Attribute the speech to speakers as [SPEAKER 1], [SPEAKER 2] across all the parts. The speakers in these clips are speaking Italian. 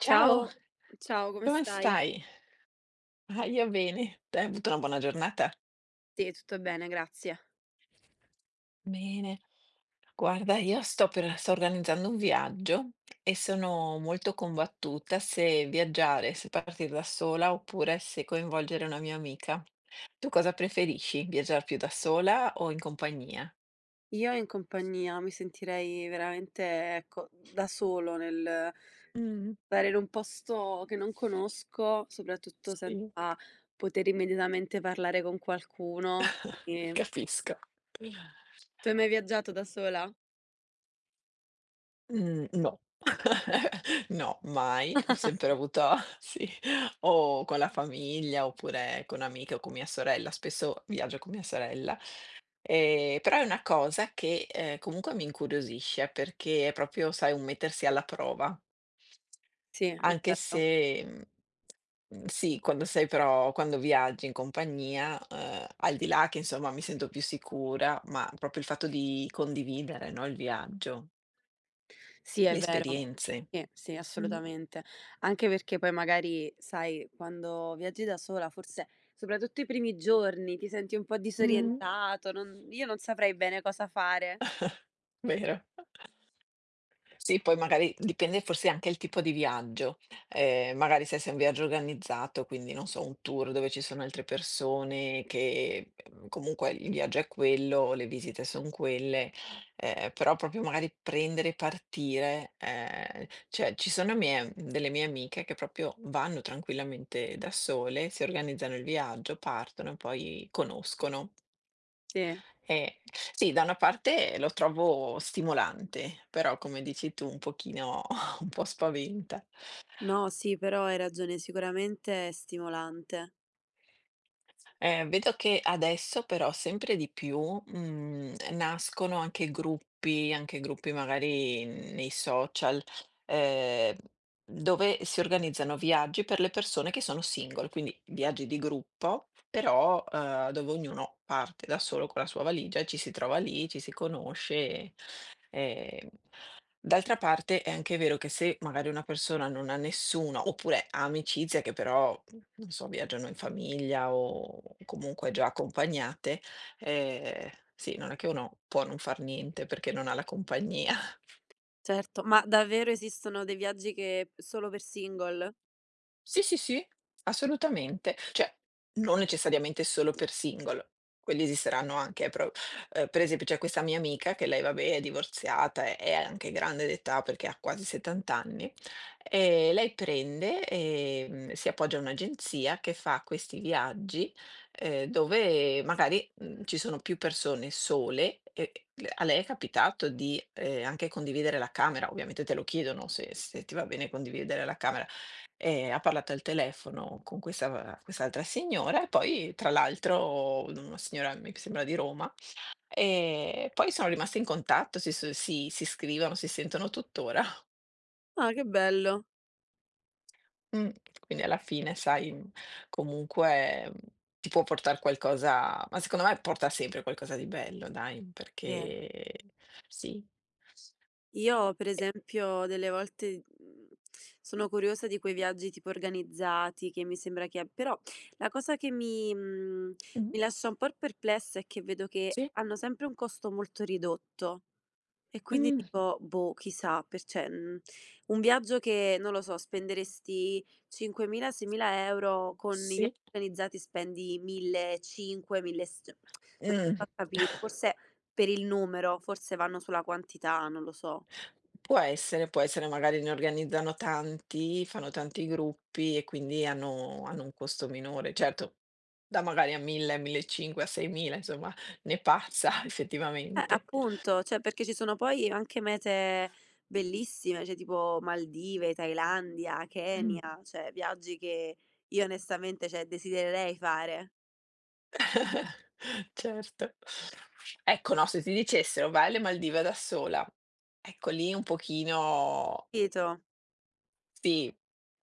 [SPEAKER 1] Ciao,
[SPEAKER 2] Ciao, ciao, come
[SPEAKER 1] come
[SPEAKER 2] stai?
[SPEAKER 1] stai? Ah, io bene. Te hai avuto una buona giornata?
[SPEAKER 2] Sì, tutto bene, grazie.
[SPEAKER 1] Bene. Guarda, io sto organizzando un viaggio e sono molto combattuta se viaggiare, se partire da sola oppure se coinvolgere una mia amica. Tu cosa preferisci? Viaggiare più da sola o in compagnia?
[SPEAKER 2] Io in compagnia mi sentirei veramente, ecco, da solo nel
[SPEAKER 1] Mm,
[SPEAKER 2] stare in un posto che non conosco, soprattutto
[SPEAKER 1] sì,
[SPEAKER 2] senza poter immediatamente parlare con qualcuno. Quindi.
[SPEAKER 1] capisco.
[SPEAKER 2] Tu hai mai viaggiato da sola?
[SPEAKER 1] Mhmm, no. No, mai. Ho sempre avuto sì, o con la famiglia oppure con amiche o con mia sorella, spesso viaggio con mia sorella. Però è una cosa che, comunque mi incuriosisce perché è proprio, sai, un mettersi alla prova.
[SPEAKER 2] Sì, è
[SPEAKER 1] Anche
[SPEAKER 2] vero.
[SPEAKER 1] se, mhmm, mhmm, sì, quando sei però quando viaggi in compagnia, al di là che insomma mi sento più sicura, ma proprio il fatto di condividere, no, il viaggio.
[SPEAKER 2] Sì, è
[SPEAKER 1] Le
[SPEAKER 2] vero.
[SPEAKER 1] esperienze.
[SPEAKER 2] Sì, sì,
[SPEAKER 1] Mh,
[SPEAKER 2] assolutamente. Anche perché poi magari, sai, quando viaggi da sola, forse soprattutto i primi giorni ti senti un po'
[SPEAKER 1] mh,
[SPEAKER 2] disorientato, io non saprei bene cosa fare.
[SPEAKER 1] vero. Sì, poi magari dipende forse anche il tipo di viaggio, magari se sei un viaggio organizzato, quindi non so, un tour dove ci sono altre persone che, comunque il viaggio è quello, le visite son quelle, però proprio magari prendere e partire, cioè ci sono mie delle mie amiche che proprio vanno tranquillamente da sole, si organizzano il viaggio, partono e poi conoscono.
[SPEAKER 2] Sì.
[SPEAKER 1] Eh, sì, da una parte lo trovo stimolante, però come dici tu un pochino un po' spaventa.
[SPEAKER 2] No, sì, però hai ragione, sicuramente è stimolante.
[SPEAKER 1] Vedo che adesso però sempre di più, mhmm, nascono anche gruppi magari nei social, ehm, dove si organizzano viaggi per le persone che sono single, quindi viaggi di gruppo, però, dove ognuno parte da solo con la sua valigia e ci si trova lì, ci si conosce, ehm D'altra parte è anche vero che se magari una persona non ha nessuno oppure ha amicizie che però, non so, viaggiano in famiglia o comunque già accompagnate, sì, non è che uno può non far niente perché non ha la compagnia.
[SPEAKER 2] Certo, ma davvero esistono dei viaggi che solo per single?
[SPEAKER 1] Sì, sì, sì, assolutamente. Cioè, non necessariamente solo per single, quelli esisteranno anche, pro per esempio c'è questa mia amica che lei vabbè è divorziata, è anche grande d'età perché ha quasi 70 anni, e lei prende, si appoggia a un'agenzia che fa questi viaggi, dove magari, mhmm, ci sono più persone sole e le a lei è capitato di, anche condividere la camera, ovviamente te lo chiedono se ti va bene condividere la camera. Ha parlato al telefono con questa quest'altra signora e poi tra l'altro una signora mi sembra di Roma, e poi sono rimaste in contatto, si scrivono, si sentono tuttora.
[SPEAKER 2] Ah, che bello.
[SPEAKER 1] Mh. Quindi alla fine sai, mhmm, comunque, mhmm, ti può portar qualcosa ma secondo me porta sempre qualcosa di bello dai,
[SPEAKER 2] Sì.
[SPEAKER 1] perché sì.
[SPEAKER 2] Io per
[SPEAKER 1] E
[SPEAKER 2] esempio delle volte, sono curiosa di quei viaggi tipo organizzati, che mi sembra che però la cosa che
[SPEAKER 1] mh-mh,
[SPEAKER 2] mi lascia un po' perplessa è che vedo che
[SPEAKER 1] sì,
[SPEAKER 2] hanno sempre un costo molto ridotto, e quindi
[SPEAKER 1] mh,
[SPEAKER 2] dico: "Boh, chissà", per cioè, un viaggio che, non lo so, spenderesti 5.000, 6.000 €, con i viaggi
[SPEAKER 1] sì,
[SPEAKER 2] organizzati spendi 1.500, 1.000 e s cioè, non
[SPEAKER 1] mh.
[SPEAKER 2] riesco a capire, forse per il numero, forse vanno sulla quantità, non lo so.
[SPEAKER 1] Può essere, magari ne organizzano tanti, fanno tanti gruppi e quindi hanno un costo minore. Certo, da magari a 1000, a 1500, a 6000, insomma, ne pazza effettivamente.
[SPEAKER 2] Appunto, cioè perché ci sono poi anche mete bellissime, cioè tipo Maldive, Thailandia,
[SPEAKER 1] Mh.
[SPEAKER 2] Kenya, cioè viaggi che io onestamente, cioè, desidererei fare,
[SPEAKER 1] Certo. Ecco, no, se ti dicessero: "Vai alle Maldive da sola", ecco lì un pochino.
[SPEAKER 2] capito?
[SPEAKER 1] Sì,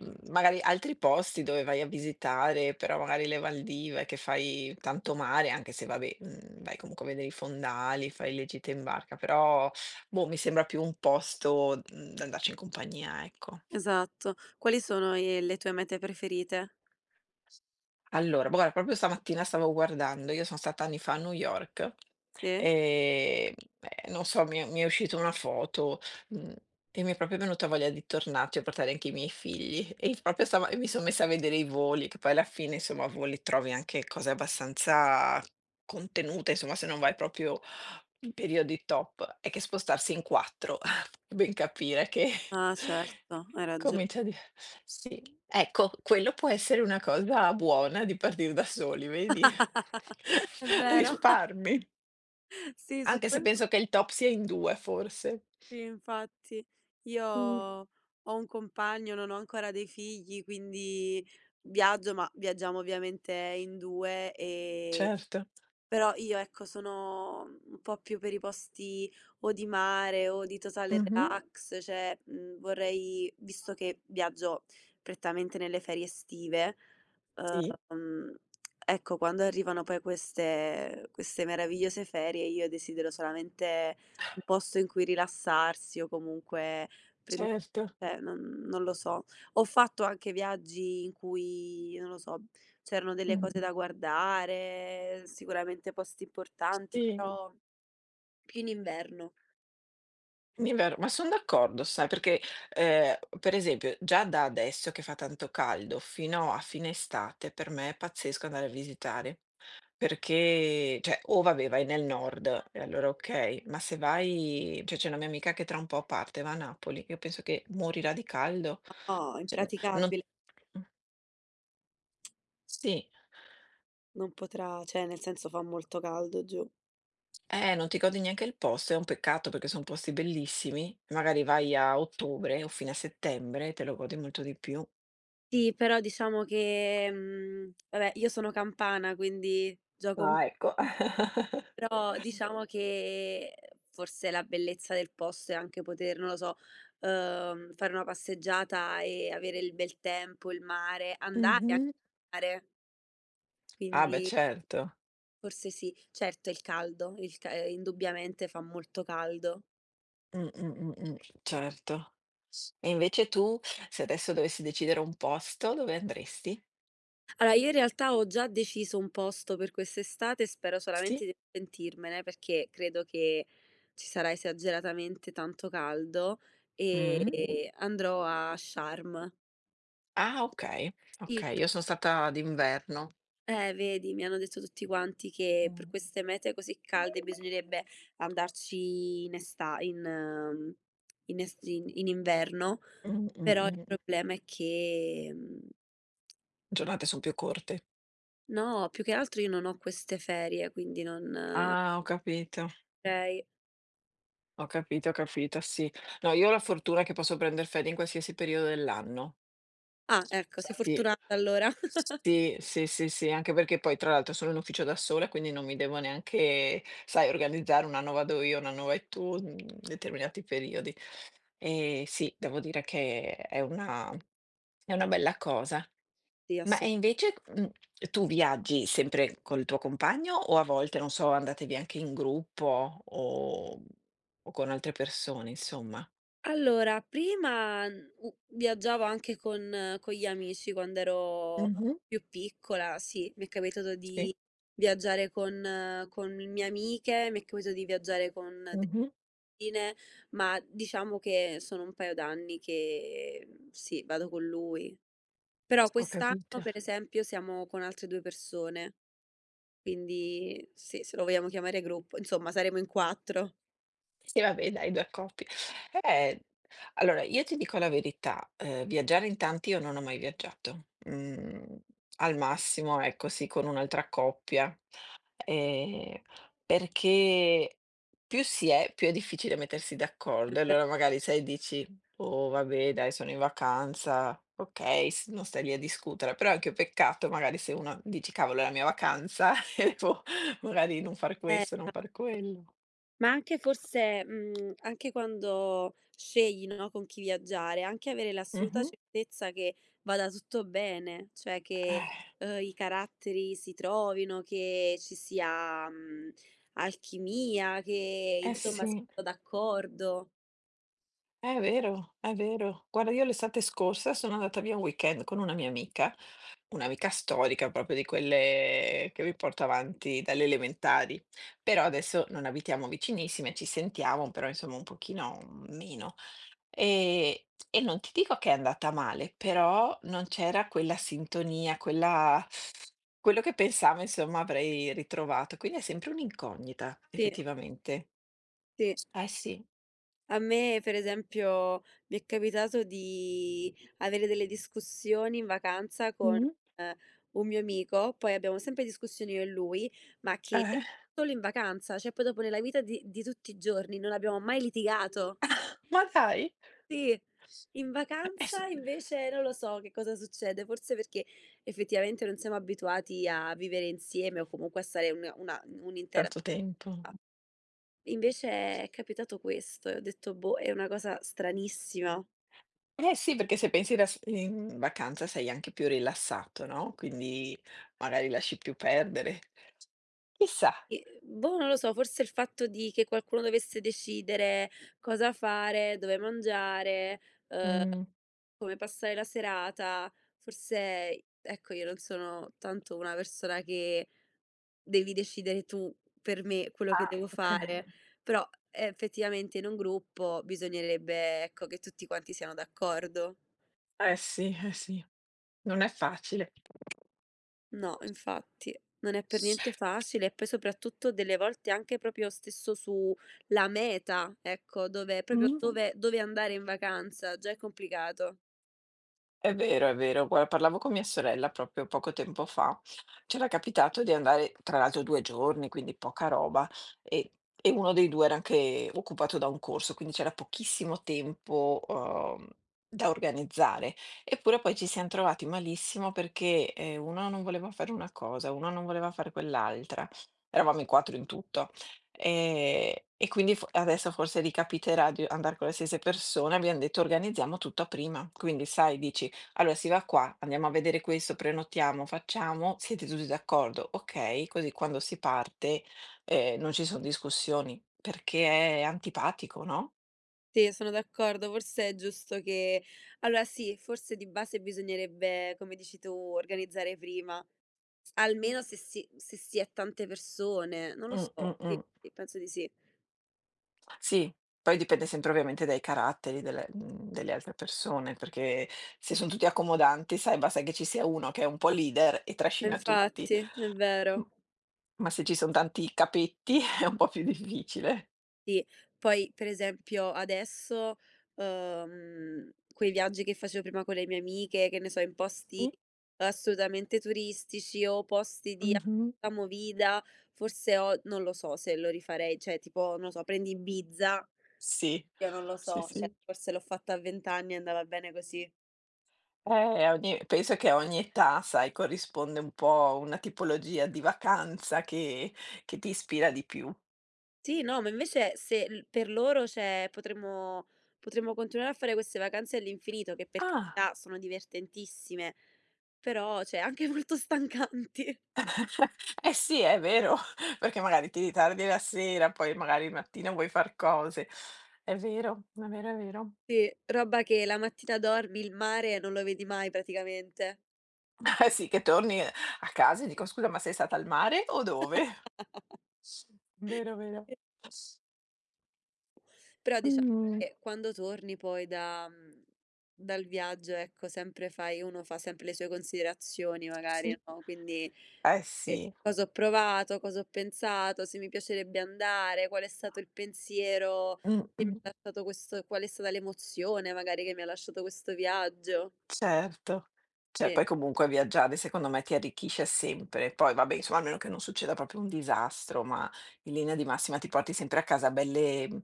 [SPEAKER 1] mhmm, magari altri posti dove vai a visitare, però magari le Valdive che fai tanto mare, anche se vabbè, mhmm, vai comunque a vedere i fondali, fai le gite in barca, però boh, mi sembra più un posto, mhmm, da andarci in compagnia, ecco.
[SPEAKER 2] Esatto. Quali sono i le tue mete preferite?
[SPEAKER 1] Allora, guarda, proprio stamattina stavo guardando, io son stata anni fa a New York,
[SPEAKER 2] Sì?
[SPEAKER 1] ehm, e non so, mi è uscita una foto, mhmm, e mi è proprio venuta voglia di tornarci e portare anche i miei figli. E proprio stava e mi son messa a vedere i voli, che poi alla fine, insomma, a voli trovi anche cose abbastanza contenute, insomma, se non vai proprio in periodi top. È che spostarsi in 4 ben capire che
[SPEAKER 2] Ah, certo, hai ragio.
[SPEAKER 1] comincia a sì, ecco, quello può essere una cosa buona di partir da soli, vedi?
[SPEAKER 2] È vero.
[SPEAKER 1] Risparmi,
[SPEAKER 2] Sì, su
[SPEAKER 1] anche se
[SPEAKER 2] quello.
[SPEAKER 1] penso che il top sia in 2 forse.
[SPEAKER 2] Sì, infatti. Io
[SPEAKER 1] Mh,
[SPEAKER 2] ho un compagno, non ho ancora dei figli, quindi viaggio, ma viaggiamo ovviamente in 2. E
[SPEAKER 1] certo.
[SPEAKER 2] però io, ecco, sono un po' più per i posti o di mare o di totale
[SPEAKER 1] Mh-mh,
[SPEAKER 2] relax, cioè vorrei, visto che viaggio prettamente nelle ferie estive,
[SPEAKER 1] sì,
[SPEAKER 2] ehm, ecco, quando arrivano poi queste meravigliose ferie, io desidero solamente un posto in cui rilassarsi o comunque prendere,
[SPEAKER 1] certo.
[SPEAKER 2] cioè, non lo so. Ho fatto anche viaggi in cui, non lo so, c'erano delle
[SPEAKER 1] Mh,
[SPEAKER 2] cose da guardare, sicuramente posti importanti,
[SPEAKER 1] sì,
[SPEAKER 2] però più in inverno.
[SPEAKER 1] è vero, ma son d'accordo sai, perché, per esempio già da adesso che fa tanto caldo fino a fine estate, per me è pazzesco andare a visitare. Perché cioè, o vabbè vai nel nord e allora okay, ma se vai cioè c'è una mia amica che tra un po' parte, va a Napoli, io penso che morirà di caldo.
[SPEAKER 2] No,
[SPEAKER 1] Cioè n non
[SPEAKER 2] impraticabile,
[SPEAKER 1] mh, sì.
[SPEAKER 2] non potrà, cioè nel senso fa molto caldo giù.
[SPEAKER 1] Non ti godi neanche il posto, è un peccato perché son posti bellissimi, magari vai a ottobre o fine a settembre, te lo godi molto di più.
[SPEAKER 2] Sì, però diciamo che, vabbè, io sono campana quindi gioco un.
[SPEAKER 1] Ah, ecco.
[SPEAKER 2] Però diciamo che forse la bellezza del posto è anche poter, non lo so, fare una passeggiata e avere il bel tempo, il mare, andare anche
[SPEAKER 1] Mh-mh.
[SPEAKER 2] al mare,
[SPEAKER 1] Ah, beh
[SPEAKER 2] quindi.
[SPEAKER 1] certo.
[SPEAKER 2] Forse sì. Certo, il caldo, il ca indubbiamente fa molto caldo.
[SPEAKER 1] Mh, mh, mh, mh, certo. E invece tu, se adesso dovessi decidere un posto, dove andresti?
[SPEAKER 2] Allora, io in realtà ho già deciso un posto per quest'estate e spero solamente
[SPEAKER 1] Sì.
[SPEAKER 2] di pentirmene, perché credo che ci sarà esageratamente tanto caldo,
[SPEAKER 1] Mh.
[SPEAKER 2] e andrò a Sharm.
[SPEAKER 1] Ah, okay,
[SPEAKER 2] Il
[SPEAKER 1] okay.
[SPEAKER 2] p
[SPEAKER 1] Io son stata d'inverno.
[SPEAKER 2] Vedi, mi hanno detto tutti quanti che per
[SPEAKER 1] Mh.
[SPEAKER 2] queste mete così calde bisognerebbe andarci in inverno,
[SPEAKER 1] Mh, mh,
[SPEAKER 2] però il
[SPEAKER 1] mh.
[SPEAKER 2] problema è che, mhmm
[SPEAKER 1] Giornate son più corte.
[SPEAKER 2] No, più che altro io non ho queste ferie, quindi non
[SPEAKER 1] Ah, ho capito,
[SPEAKER 2] potrei.
[SPEAKER 1] sì. No, io ho la fortuna che posso prender ferie in qualsiasi periodo dell'anno.
[SPEAKER 2] Ah, ecco, sei
[SPEAKER 1] Infatti
[SPEAKER 2] fortunata allora.
[SPEAKER 1] sì, sì, sì, sì, anche perché poi tra l'altro sono in ufficio da sola, quindi non mi devo neanche, sai, organizzare, un anno vado io, un anno vai tu, mhmm, determinati periodi. E sì, devo dire che è una bella cosa.
[SPEAKER 2] Sì,
[SPEAKER 1] Ma e
[SPEAKER 2] assolut
[SPEAKER 1] invece, mhmm, tu viaggi sempre col tuo compagno o a volte, non so, andate via anche in gruppo o con altre persone insomma?
[SPEAKER 2] allora, prima, u viaggiavo anche con gli amici quando ero
[SPEAKER 1] Mh-mh,
[SPEAKER 2] più piccola, sì, mi è capitato di
[SPEAKER 1] sì,
[SPEAKER 2] viaggiare con mie amiche, mi è capitato di viaggiare con delle
[SPEAKER 1] mh-mh,
[SPEAKER 2] cugine, ma diciamo che sono un paio d'anni che, sì, vado con lui. Però
[SPEAKER 1] ho
[SPEAKER 2] quest'anno,
[SPEAKER 1] capito.
[SPEAKER 2] per esempio, siamo con altre 2 persone. Quindi sì, se lo vogliamo chiamare gruppo, insomma saremo in 4.
[SPEAKER 1] Sì, vabbè dai, 2 coppie. Eh, allora io ti dico la verità, viaggiare in tanti io non ho mai viaggiato. Mhmm, al massimo, ecco, sì, con un'altra coppia, ehm, perché più si è, più è difficile mettersi d'accordo. Allora magari, sai, dici: "Boh, vabbè dai, sono in vacanza, okay, s non stai lì a discutere." Però è anche un peccato magari se uno dici: "Cavolo, è la mia vacanza e devo magari non far
[SPEAKER 2] Eh,
[SPEAKER 1] questo, non
[SPEAKER 2] ma
[SPEAKER 1] far quello."
[SPEAKER 2] Ma anche forse, anche quando scegli, no, con chi viaggiare, anche avere l'assoluta
[SPEAKER 1] Mh-mh,
[SPEAKER 2] certezza che vada tutto bene, cioè
[SPEAKER 1] eh.
[SPEAKER 2] che, i caratteri si trovino, che ci sia, alchimia, che
[SPEAKER 1] Eh
[SPEAKER 2] insomma si
[SPEAKER 1] sì,
[SPEAKER 2] vada d'accordo.
[SPEAKER 1] è vero, è vero. Guarda, io l'estate scorsa sono andata via un weekend con una mia amica, un'amica storica, proprio di quelle che mi porto avanti dalle elementari. Però adesso non abitiamo vicinissime, ci sentiamo, però insomma un pochino meno. E non ti dico che è andata male, però non c'era quella sintonia, quella, quello che pensavo, insomma, avrei ritrovato. Quindi è sempre un'incognita,
[SPEAKER 2] Sì,
[SPEAKER 1] effettivamente.
[SPEAKER 2] sì.
[SPEAKER 1] Eh sì.
[SPEAKER 2] A me, per esempio, mi è capitato di avere delle discussioni in vacanza con,
[SPEAKER 1] Mhm.
[SPEAKER 2] ehm, un mio amico, poi abbiamo sempre discussioni io e lui, ma che
[SPEAKER 1] Eh.
[SPEAKER 2] solo in vacanza, cioè poi dopo nella vita di tutti i giorni non abbiamo mai litigato.
[SPEAKER 1] Ma dai!
[SPEAKER 2] Sì, in
[SPEAKER 1] S
[SPEAKER 2] vacanza invece non lo so che cosa succede, forse perché effettivamente non siamo abituati a vivere insieme o comunque a stare un'intera
[SPEAKER 1] tanto tempo.
[SPEAKER 2] invece è capitato questo e ho detto: "Boh, è una cosa stranissima".
[SPEAKER 1] Eh sì, perché se pensi ras in vacanza sei anche più rilassato, no, quindi magari lasci più perdere. Chissà.
[SPEAKER 2] E boh, non lo so, forse il fatto di che qualcuno dovesse decidere cosa fare, dove mangiare,
[SPEAKER 1] Mh.
[SPEAKER 2] come passare la serata, forse, ecco, io non sono tanto una persona che devi decidere tu per me quello che
[SPEAKER 1] Ah,
[SPEAKER 2] devo
[SPEAKER 1] okay.
[SPEAKER 2] fare, però effettivamente in un gruppo bisognerebbe, ecco, che tutti quanti siano d'accordo.
[SPEAKER 1] Sì, eh sì, non è facile.
[SPEAKER 2] No, infatti, non è per niente facile, e poi soprattutto delle volte anche proprio stesso sulla meta, ecco, dove proprio
[SPEAKER 1] Mh.
[SPEAKER 2] dove andare in vacanza, già è complicato.
[SPEAKER 1] È vero, è vero. Guarda, parlavo con mia sorella proprio poco tempo fa. C'era capitato di andare, tra l'altro, 2 giorni, quindi poca roba, e e uno dei 2 era anche occupato da un corso, quindi c'era pochissimo tempo, da organizzare. Eppure poi ci siam trovati malissimo perché, uno non voleva fare una cosa, uno non voleva fare quell'altra. Eravamo in 4 in tutto. Ehm, e quindi fo adesso forse ricapiterà di andar con le stesse persone, abbiam detto: "Organizziamo tutto a prima". Quindi sai, dici: allora si va qua, andiamo a vedere questo, prenotiamo, facciamo, siete tutti d'accordo, okay, così quando si parte, non ci son discussioni, perché è antipatico, no?
[SPEAKER 2] Sì, sono d'accordo, forse è giusto che. Allora sì, forse di base bisognerebbe, come dici tu, organizzare prima, almeno se si è tante persone, non lo
[SPEAKER 1] Mh,
[SPEAKER 2] so,
[SPEAKER 1] mh,
[SPEAKER 2] sì,
[SPEAKER 1] mh.
[SPEAKER 2] sì, penso di sì.
[SPEAKER 1] Sì, poi dipende sempre ovviamente dai caratteri delle mhmm, delle altre persone, perché se son tutti accomodanti, sai, basta che ci sia uno che è un po' leader e trascina tutti.
[SPEAKER 2] Infatti, è
[SPEAKER 1] M
[SPEAKER 2] vero.
[SPEAKER 1] Ma se ci son tanti capetti è un po' più difficile.
[SPEAKER 2] Sì, poi per esempio adesso, quei viaggi che facevo prima con le mie amiche, che ne so, in posti
[SPEAKER 1] Sì.
[SPEAKER 2] assolutamente turistici o posti di
[SPEAKER 1] Mh-mh.
[SPEAKER 2] assoluta movida, forse o non lo so se lo rifarei, cioè tipo, non lo so, prendi Ibiza,
[SPEAKER 1] Sì.
[SPEAKER 2] io non lo
[SPEAKER 1] Sì,
[SPEAKER 2] so, cioè
[SPEAKER 1] sì.
[SPEAKER 2] forse l'ho fatta a 20 anni e andava bene così.
[SPEAKER 1] Ogni penso che a ogni età, sai, corrisponde un po' una tipologia di vacanza che ti ispira di più.
[SPEAKER 2] Sì, no, ma invece se l per loro, cioè, potremmo continuare a fare queste vacanze all'infinito, che, per
[SPEAKER 1] Ah.
[SPEAKER 2] carità, sono divertentissime, però, cioè, anche molto stancanti.
[SPEAKER 1] Eh sì, è vero, perché magari ti ritardi la sera, poi magari il mattino vuoi far cose. È vero, è vero, è vero.
[SPEAKER 2] Sì, roba che la mattina dormi, il mare non lo vedi mai praticamente.
[SPEAKER 1] Eh sì, che torni a casa e dico: "Scusa, ma sei stata al mare o dove?" Vero, vero.
[SPEAKER 2] Però diciamo
[SPEAKER 1] Mh,
[SPEAKER 2] che quando torni poi dal viaggio, ecco, sempre fai uno fa sempre le sue considerazioni magari,
[SPEAKER 1] sì.
[SPEAKER 2] no, quindi.
[SPEAKER 1] Eh
[SPEAKER 2] Ehm,
[SPEAKER 1] sì.
[SPEAKER 2] cosa ho provato, cosa ho pensato, se mi piacerebbe andare, qual è stato il pensiero che mi
[SPEAKER 1] Mh-mh.
[SPEAKER 2] ha lasciato questo. Qual è stata l'emozione magari che mi ha lasciato questo viaggio.
[SPEAKER 1] Certo. Cioè
[SPEAKER 2] Sì.
[SPEAKER 1] poi comunque viaggiare secondo me ti arricchisce sempre. Poi vabbè insomma, almeno che non succeda proprio un disastro, ma in linea di massima ti porti sempre a casa belle, mhmm,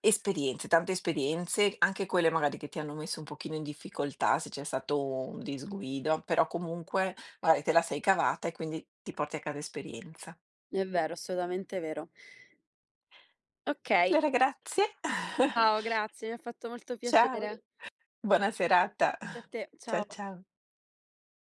[SPEAKER 1] esperienze, tante esperienze, anche quelle magari che ti hanno messo un pochino in difficoltà, se c'è stato un disguido, però comunque magari te la sei cavata e quindi ti porti a casa esperienza.
[SPEAKER 2] È vero, assolutamente vero. Okay,
[SPEAKER 1] Allora grazie.
[SPEAKER 2] ciao, grazie, mi ha fatto molto
[SPEAKER 1] Ciao,
[SPEAKER 2] piacere.
[SPEAKER 1] buona serata.
[SPEAKER 2] Anche a te, ciao.
[SPEAKER 1] Ciao.